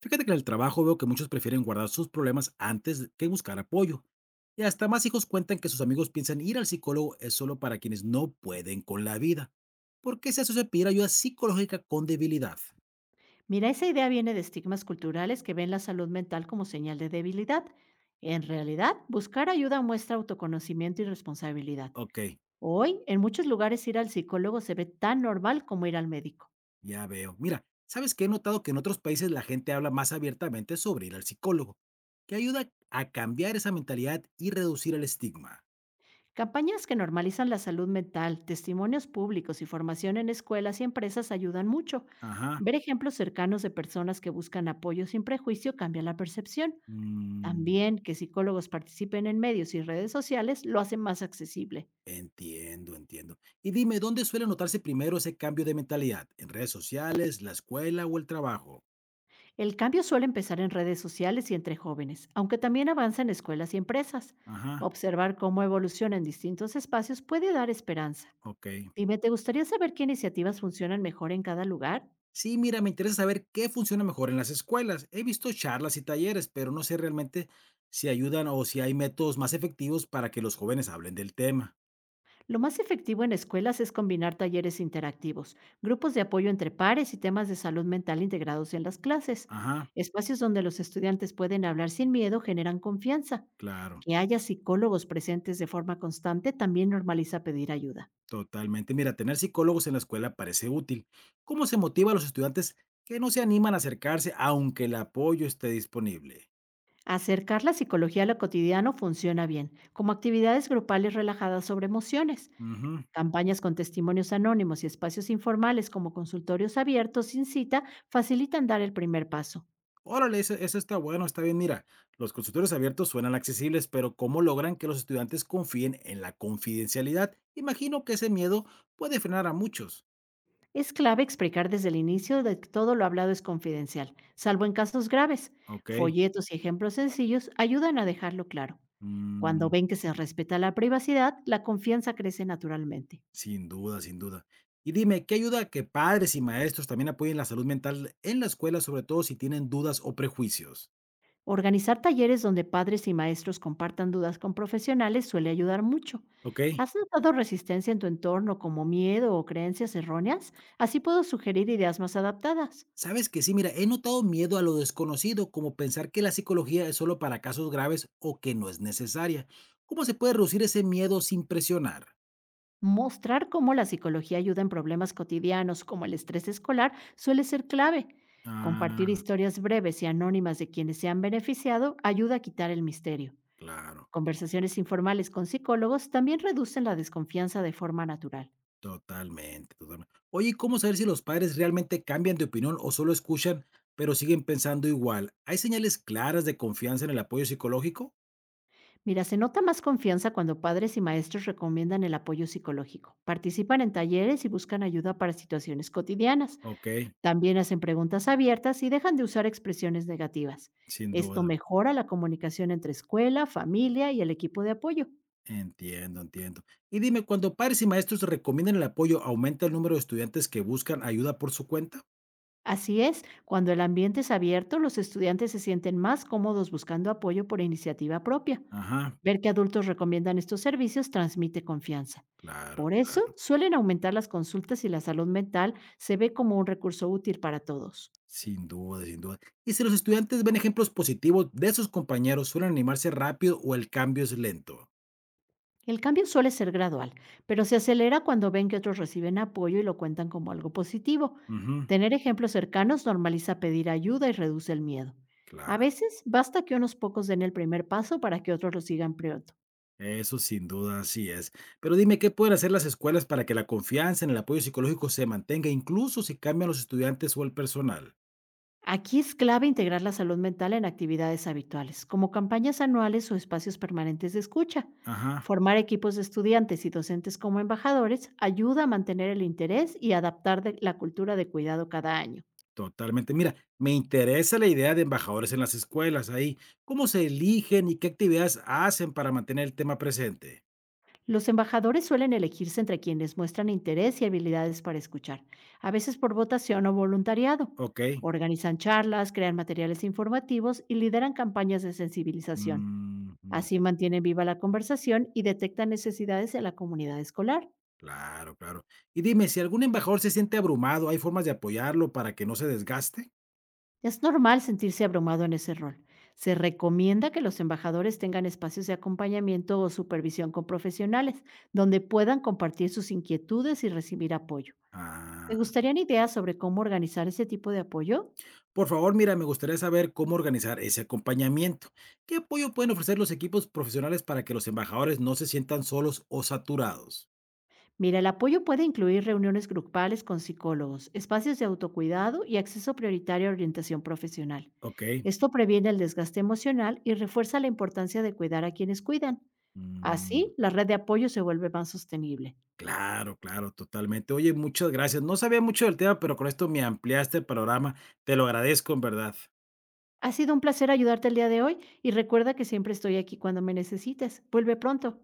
Fíjate que en el trabajo veo que muchos prefieren guardar sus problemas antes que buscar apoyo. Y hasta más hijos cuentan que sus amigos piensan ir al psicólogo es solo para quienes no pueden con la vida. ¿Por qué se asocia pedir ayuda psicológica con debilidad? Mira, esa idea viene de estigmas culturales que ven la salud mental como señal de debilidad. En realidad, buscar ayuda muestra autoconocimiento y responsabilidad. Ok, Hoy, en muchos lugares ir al psicólogo se ve tan normal como ir al médico. ya veo. Mira, ¿sabes que He notado que en otros países la gente habla más abiertamente sobre ir al psicólogo, que ayuda a cambiar esa mentalidad y reducir el estigma? Campañas que normalizan la salud mental, testimonios públicos y formación en escuelas y empresas ayudan mucho. Ajá. Ver ejemplos cercanos de personas que buscan apoyo sin prejuicio cambia la percepción. mm, También que psicólogos participen en medios y redes sociales lo hace más accesible. Entiendo, entiendo. Y dime, ¿dónde suele notarse primero ese cambio de mentalidad? ¿En redes sociales, la escuela o el trabajo? El cambio suele empezar en redes sociales y entre jóvenes, aunque también avanza en escuelas y empresas. Ajá, Observar cómo evoluciona en distintos espacios puede dar esperanza. ok. Dime, ¿te gustaría saber qué iniciativas funcionan mejor en cada lugar? Sí, mira, me interesa saber qué funciona mejor en las escuelas. He visto charlas y talleres, pero no sé realmente si ayudan o si hay métodos más efectivos para que los jóvenes hablen del tema. Lo más efectivo en escuelas es combinar talleres interactivos, grupos de apoyo entre pares y temas de salud mental integrados en las clases. Ajá, Espacios donde los estudiantes pueden hablar sin miedo generan confianza. claro, Que haya psicólogos presentes de forma constante también normaliza pedir ayuda. totalmente. Mira, tener psicólogos en la escuela parece útil. ¿Cómo se motiva a los estudiantes que no se animan a acercarse aunque el apoyo esté disponible? Acercar la psicología a lo cotidiano funciona bien, como actividades grupales relajadas sobre emociones, Ujú. campañas con testimonios anónimos y espacios informales como consultorios abiertos sin cita facilitan dar el primer paso. Órale, eso está bueno, está bien. Mira, los consultorios abiertos suenan accesibles, pero ¿cómo logran que los estudiantes confíen en la confidencialidad? Imagino que ese miedo puede frenar a muchos. Es clave explicar desde el inicio de que todo lo hablado es confidencial, salvo en casos graves. Ok. Folletos y ejemplos sencillos ayudan a dejarlo claro. Cuando mm, ven que se respeta la privacidad, la confianza crece naturalmente. Sin duda, sin duda. Y dime, ¿qué ayuda a que padres y maestros también apoyen la salud mental en la escuela, sobre todo si tienen dudas o prejuicios? Organizar talleres donde padres y maestros compartan dudas con profesionales suele ayudar mucho. Ok, ¿Has notado resistencia en tu entorno como miedo o creencias erróneas? Así puedo sugerir ideas más adaptadas. sabes que sí, mira, he notado miedo a lo desconocido, como pensar que la psicología es solo para casos graves o que no es necesaria. ¿Cómo se puede reducir ese miedo sin presionar? Mostrar cómo la psicología ayuda en problemas cotidianos como el estrés escolar suele ser clave. Compartir Ah, historias breves y anónimas de quienes se han beneficiado ayuda a quitar el misterio. claro, Conversaciones informales con psicólogos también reducen la desconfianza de forma natural. totalmente, totalmente. Oye, ¿y cómo saber si los padres realmente cambian de opinión o solo escuchan, pero siguen pensando igual? ¿Hay señales claras de confianza en el apoyo psicológico? Mira, se nota más confianza cuando padres y maestros recomiendan el apoyo psicológico, participan en talleres y buscan ayuda para situaciones cotidianas. Ok, También hacen preguntas abiertas y dejan de usar expresiones negativas. sin Esto duda. mejora la comunicación entre escuela, familia y el equipo de apoyo. Entiendo, entiendo. Y dime, cuando padres y maestros recomiendan el apoyo, ¿aumenta el número de estudiantes que buscan ayuda por su cuenta? Así es, cuando el ambiente es abierto, los estudiantes se sienten más cómodos buscando apoyo por iniciativa propia. Ajá, Ver que adultos recomiendan estos servicios transmite confianza. claro, Por eso, claro. suelen aumentar las consultas y la salud mental se ve como un recurso útil para todos. Sin duda, sin duda. ¿Y si los estudiantes ven ejemplos positivos de sus compañeros, suelen animarse rápido o el cambio es lento? El cambio suele ser gradual, pero se acelera cuando ven que otros reciben apoyo y lo cuentan como algo positivo. Ujú, Tener ejemplos cercanos normaliza pedir ayuda y reduce el miedo. A claro. veces basta que unos pocos den el primer paso para que otros lo sigan priorizando. Eso sin duda, así es. Pero dime, ¿qué pueden hacer las escuelas para que la confianza en el apoyo psicológico se mantenga, incluso si cambian los estudiantes o el personal? Aquí es clave integrar la salud mental en actividades habituales, como campañas anuales o espacios permanentes de escucha. Ajá, Formar equipos de estudiantes y docentes como embajadores ayuda a mantener el interés y adaptar la cultura de cuidado cada año. totalmente. Mira, me interesa la idea de embajadores en las escuelas ahí. ¿Cómo se eligen y qué actividades hacen para mantener el tema presente? Los embajadores suelen elegirse entre quienes muestran interés y habilidades para escuchar, a veces por votación o voluntariado. Ok. Organizan charlas, crean materiales informativos y lideran campañas de sensibilización. mm, mm, Así mantienen viva la conversación y detectan necesidades de la comunidad escolar. claro, claro. Y dime, si algún embajador se siente abrumado, ¿hay formas de apoyarlo para que no se desgaste? Es normal sentirse abrumado en ese rol. Se recomienda que los embajadores tengan espacios de acompañamiento o supervisión con profesionales, donde puedan compartir sus inquietudes y recibir apoyo. ¿Te Ah. gustarían ideas sobre cómo organizar ese tipo de apoyo? Por favor, mira, me gustaría saber cómo organizar ese acompañamiento. ¿Qué apoyo pueden ofrecer los equipos profesionales para que los embajadores no se sientan solos o saturados? Mira, el apoyo puede incluir reuniones grupales con psicólogos, espacios de autocuidado y acceso prioritario a orientación profesional. Ok. Esto previene el desgaste emocional y refuerza la importancia de cuidar a quienes cuidan. Así, mm, la red de apoyo se vuelve más sostenible. claro, claro, totalmente. Oye, muchas gracias. No sabía mucho del tema, pero con esto me ampliaste el panorama. Te lo agradezco en verdad. Ha sido un placer ayudarte el día de hoy y recuerda que siempre estoy aquí cuando me necesites. Vuelve pronto.